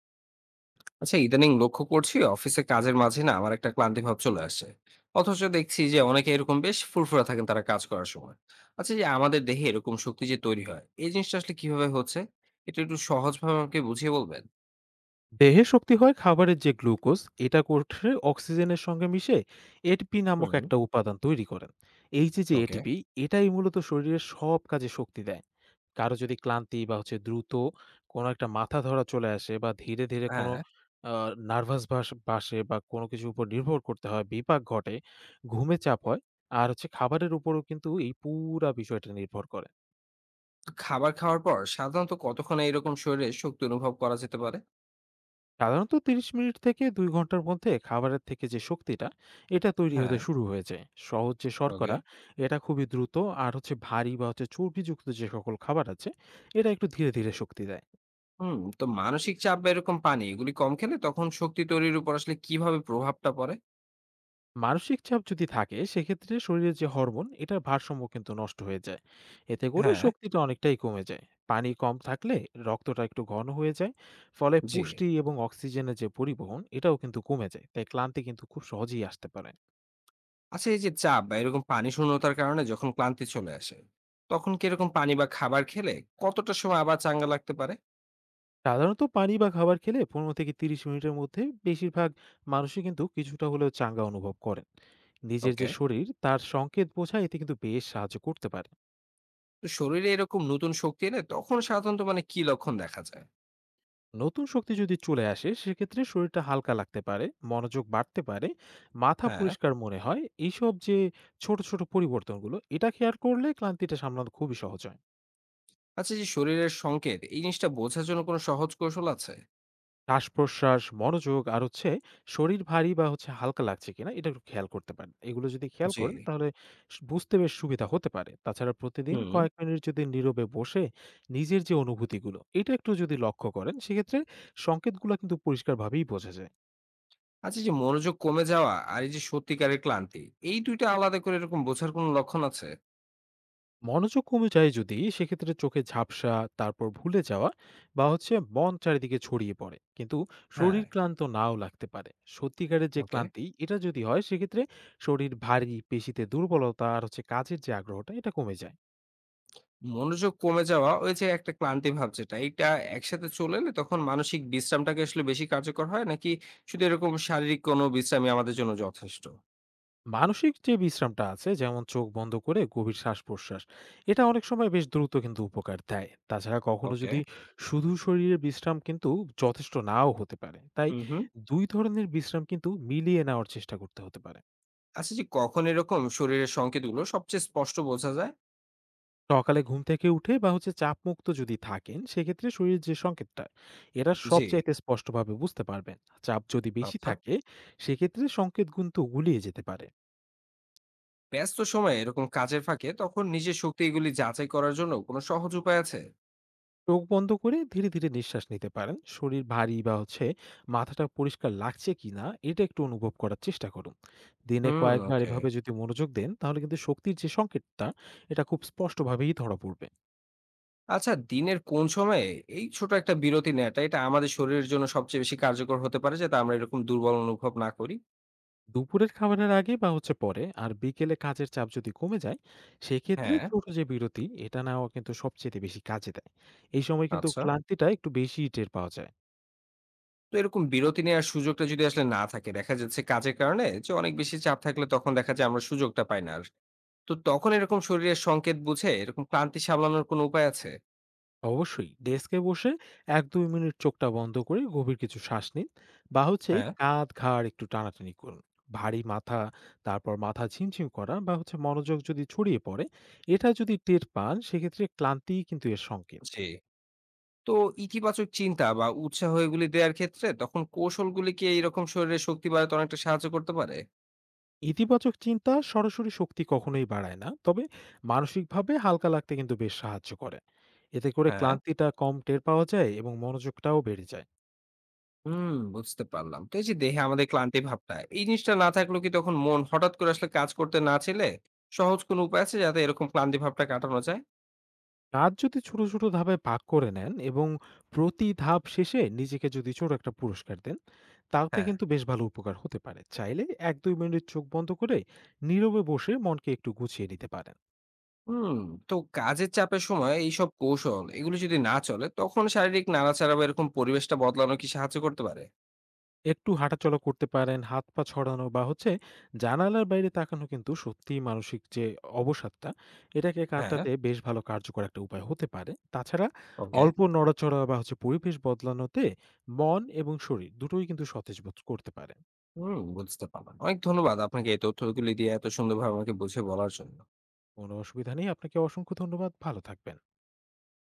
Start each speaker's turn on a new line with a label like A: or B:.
A: আচ্ছা, ইদানিং লক্ষ্য করছি অফিসে কাজের মাঝে না আমার একটা ক্লান্তি ভাব চলে আসে। অথচ দেখছি যে অনেকে এরকম বেশ ফুরফুরা থাকেন তারা কাজ করার সময়। আচ্ছা, যে আমাদের দেহে এরকম শক্তি যে তৈরি হয় এই জিনিসটা আসলে কিভাবে হচ্ছে? এটা একটু সহজভাবে আমাকে বুঝিয়ে বলবেন।
B: দেহে শক্তি হয় খাবারের যে গ্লুকোজ এটা কোষে অক্সিজেনের সঙ্গে মিশে এটিপি নামক
A: হুম।
B: একটা উপাদান তৈরি করেন। এই যে যে
A: ওকে।
B: এটিপি এটাই মূলত শরীরের সব কাজে শক্তি দেয়। কারো যদি ক্লান্তি বা হচ্ছে দ্রুত কোনো একটা মাথা ধরা চলে আসে বা ধীরে ধীরে কোনো
A: হ্যাঁ।
B: নার্ভাস বাসে বা কোনো কিছুর উপর নির্ভর করতে হয়, বিপাক ঘটে, ঘুমে চাপ হয়, আর খাবারের উপরও কিন্তু এই পুরা বিষয়টা নির্ভর করে।
A: তো খাবার খাওয়ার পর সাধারণত কতক্ষণে এরকম শরীরে শক্তি অনুভব করা যেতে পারে?
B: সাধারণত 30 মিনিট থেকে 2 ঘন্টার মধ্যে খাবারের থেকে যে শক্তিটা এটা তৈরি হতে
A: হ্যাঁ।
B: শুরু হয়ে যায়। সহজ যে
A: ওকে।
B: শর্করা এটা খুবই দ্রুত, আর ভারী বা চর্বিযুক্ত যে সকল খাবার আছে এটা একটু ধীরে ধীরে শক্তি দেয়।
A: হুম। তো মানসিক চাপ বা এরকম পানি এগুলি কম খেলে তখন শক্তি তৈরির উপর আসলে কিভাবে প্রভাবটা পড়ে?
B: মানসিক চাপ যদি থাকে সেক্ষেত্রে শরীরের যে হরমোন এটার ভারসাম্য কিন্তু নষ্ট হয়ে যায়, এতে করে
A: হ্যাঁ।
B: শক্তিটা অনেকটাই কমে যায়। পানি কম থাকলে রক্তটা একটু ঘন হয়ে যায়, ফলে
A: জি।
B: পুষ্টি এবং অক্সিজেনের যে পরিবহন এটাও কিন্তু কমে যায়, তাই ক্লান্তি কিন্তু খুব সহজেই আসতে পারে।
A: আচ্ছা, এই যে চাপ বা এরকম পানি শূন্যতার কারণে যখন ক্লান্তি চলে আসে তখন কি এরকম পানি বা খাবার খেলে কতটা সময় আবার চাঙ্গা লাগতে পারে?
B: সাধারণত পানি বা খাবার খেলে পনেরো থেকে তিরিশ মিনিটের মধ্যে বেশিরভাগ মানুষই কিন্তু কিছুটা হলেও চাঙ্গা অনুভব করেন। নিজের যে
A: ওকে।
B: শরীর তার সংকেত বোঝা, এতে কিন্তু বেশ সাহায্য করতে পারে।
A: তো শরীরে এরকম নতুন শক্তি এলে তখন সাধারণত মানে কি লক্ষণ দেখা যায়?
B: নতুন শক্তি যদি চলে আসে সেক্ষেত্রে শরীরটা হালকা লাগতে পারে, মনোযোগ বাড়তে পারে, মাথা
A: হ্যাঁ।
B: পরিষ্কার মনে হয়। এইসব যে ছোট ছোট পরিবর্তনগুলো এটা খেয়াল করলে ক্লান্তিটা সামলানো খুবই সহজ হয়।
A: আচ্ছা, এই যে শরীরের সংকেত এই জিনিসটা বোঝার জন্য কোনো সহজ কৌশল আছে?
B: শ্বাস-প্রশ্বাস, মনোযোগ, আর শরীর ভারী বা হালকা লাগছে কিনা এটা একটু খেয়াল করতে পারেন। এগুলো যদি খেয়াল
A: জি।
B: করেন তাহলে স বুঝতে বেশ সুবিধা হতে পারে। তাছাড়া প্রতিদিন
A: হুম।
B: কয়েক মিনিট যদি নীরবে বসে নিজের যে অনুভূতিগুলো, এটা একটু যদি লক্ষ্য করেন সেক্ষেত্রে সংকেতগুলা কিন্তু পরিষ্কারভাবেই বোঝা যায়।
A: আচ্ছা, এই যে মনোযোগ কমে যাওয়া আর এই যে সত্যিকারের ক্লান্তি এই দুইটা আলাদা করে এরকম বোঝার কোনো লক্ষণ আছে?
B: মনোযোগ কমে যায় যদি সেক্ষেত্রে চোখে ঝাপসা, তারপর ভুলে যাওয়া, বা মন চারিদিকে ছড়িয়ে পড়ে কিন্তু শরীর
A: হ্যাঁ।
B: ক্লান্ত নাও লাগতে পারে। সত্যিকারের যে
A: ওকে।
B: ক্লান্তি এটা যদি হয় সেক্ষেত্রে শরীর ভারী, পেশিতে দুর্বলতা, আর কাজের যে আগ্রহটা এটা কমে যায়।
A: মনোযোগ কমে যাওয়া ওই যে একটা ক্লান্তি ভাব যেটা এটা একসাথে চলে এলে তখন মানসিক বিশ্রামটাকে আসলে বেশি কার্যকর হয় নাকি শুধু এরকম শারীরিক কোনো বিশ্রামই আমাদের জন্য যথেষ্ট?
B: মানসিক যে বিশ্রামটা আছে, যেমন চোখ বন্ধ করে গভীর শ্বাস প্রশ্বাস, এটা অনেক সময় বেশ দ্রুত কিন্তু উপকার দেয়। তাছাড়া কখনো
A: ওকে।
B: যদি শুধু শরীরের বিশ্রাম কিন্তু যথেষ্ট নাও হতে পারে, তাই
A: হুম, হুম।
B: দুই ধরনের বিশ্রাম কিন্তু মিলিয়ে নেওয়ার চেষ্টা করতে হতে পারে।
A: আচ্ছা, যে কখন এরকম শরীরের সংকেতগুলো সবচেয়ে স্পষ্ট বোঝা যায়?
B: সকালে ঘুম থেকে উঠে বা চাপমুক্ত যদি থাকেন সেক্ষেত্রে শরীরের যে সংকেতটা এটা
A: জি।
B: সবচাইতে স্পষ্টভাবে বুঝতে পারবেন। চাপ যদি বেশি
A: আচ্ছা।
B: থাকে সেক্ষেত্রে সংকেত কিন্তু গুলিয়ে যেতে পারে।
A: ব্যস্ত সময়ে এরকম কাজের ফাঁকে তখন নিজের শক্তি এগুলি যাচাই করার জন্য কোনো সহজ উপায় আছে?
B: চোখ বন্ধ করে ধীরে ধীরে নিঃশ্বাস নিতে পারেন, শরীর ভারী বা মাথাটা পরিষ্কার লাগছে কিনা এটা একটু অনুভব করার চেষ্টা করুন। দিনে
A: হুম,
B: কয়েকবার
A: ওকে।
B: এভাবে যদি মনোযোগ দেন তাহলে কিন্তু শক্তির যে সংকেতটা এটা খুব স্পষ্টভাবেই ধরা পড়বে।
A: আচ্ছা, দিনের কোন সময়ে এই ছোট একটা বিরতি নেওয়াটা এটা আমাদের শরীরের জন্য সবচেয়ে বেশি কার্যকর হতে পারে, যাতে আমরা এরকম দুর্বল অনুভব না করি?
B: দুপুরের খাবারের আগে বা পরে, আর বিকেলে কাজের চাপ যদি কমে যায় সেক্ষেত্রে
A: হ্যাঁ।
B: ছোট যে বিরতি এটা নেওয়া কিন্তু সবচেয়ে বেশি কাজে দেয়। এই সময় কিন্তু
A: আচ্ছা।
B: ক্লান্তিটা একটু বেশি টের পাওয়া যায়।
A: তো এরকম বিরতি নেওয়ার সুযোগটা যদি আসলে না থাকে, দেখা যাচ্ছে কাজের কারণে যে অনেক বেশি চাপ থাকলে তখন দেখা যায় আমরা সুযোগটা পাই না আর। তো তখন এরকম শরীরের সংকেত বুঝে এরকম ক্লান্তি সামলানোর কোনো উপায় আছে?
B: অবশ্যই ডেস্কে বসে এক দুই মিনিট চোখটা বন্ধ করে গভীর কিছু শ্বাস নিন, বা হচ্ছে
A: হ্যাঁ।
B: কাঁধ ঘাড় একটু টানাটানি করুন। ভারী মাথা, তারপর মাথা ঝিমঝিম করা বা মনোযোগ যদি ছড়িয়ে পড়ে, এটা যদি টের পান সেক্ষেত্রে ক্লান্তি কিন্তু এর সংকেত।
A: জি। তো ইতিবাচক চিন্তা বা উৎসাহ এগুলি দেওয়ার ক্ষেত্রে তখন কৌশলগুলি কি এইরকম শরীরের শক্তি বাড়াতে অনেকটা সাহায্য করতে পারে?
B: ইতিবাচক চিন্তা সরাসরি শক্তি কখনোই বাড়ায় না, তবে মানসিকভাবে হালকা লাগতে কিন্তু বেশ সাহায্য করে, এতে করে
A: হ্যাঁ।
B: ক্লান্তিটা কম টের পাওয়া যায় এবং মনোযোগটাও বেড়ে যায়।
A: হুম, বুঝতে পারলাম। তো এই যে দেহে আমাদের ক্লান্তি ভাবটা, এই জিনিসটা না থাকলেও কি তখন মন হঠাৎ করে আসলে কাজ করতে না চাইলে সহজ কোনো উপায় আছে যাতে এরকম ক্লান্তি ভাবটা কাটানো যায়?
B: কাজ যদি ছোট ছোট ধাপে ভাগ করে নেন এবং প্রতি ধাপ শেষে নিজেকে যদি ছোট একটা পুরস্কার দেন, তাতে
A: হ্যাঁ।
B: কিন্তু বেশ ভালো উপকার হতে পারে। চাইলে এক দুই মিনিট চোখ বন্ধ করে নীরবে বসে মনকে একটু গুছিয়ে নিতে পারেন।
A: হুম। তো কাজের চাপের সময় এইসব কৌশল এগুলো যদি না চলে তখন শারীরিক নাড়াচাড়া বা এরকম পরিবেশটা বদলানো কি সাহায্য করতে পারে?
B: একটু হাঁটাচলা করতে পারেন, হাত পা ছড়ানো বা জানালার বাইরে তাকানো কিন্তু সত্যিই মানসিক যে অবসাদটা, এটাকে
A: হ্যাঁ।
B: কাটাতে বেশ ভালো কার্যকর একটা উপায় হতে পারে। তাছাড়া
A: ওকে।
B: অল্প নড়াচড়া বা পরিবেশ বদলানোতে মন এবং শরীর দুটোই কিন্তু সতেজ বোধ করতে পারে।
A: হুম, বুঝতে পারলাম। অনেক ধন্যবাদ আপনাকে এই তথ্যগুলি দিয়ে এত সুন্দরভাবে আমাকে বুঝে বলার জন্য।
B: কোনো অসুবিধা নেই। আপনাকে অসংখ্য ধন্যবাদ। ভালো থাকবেন।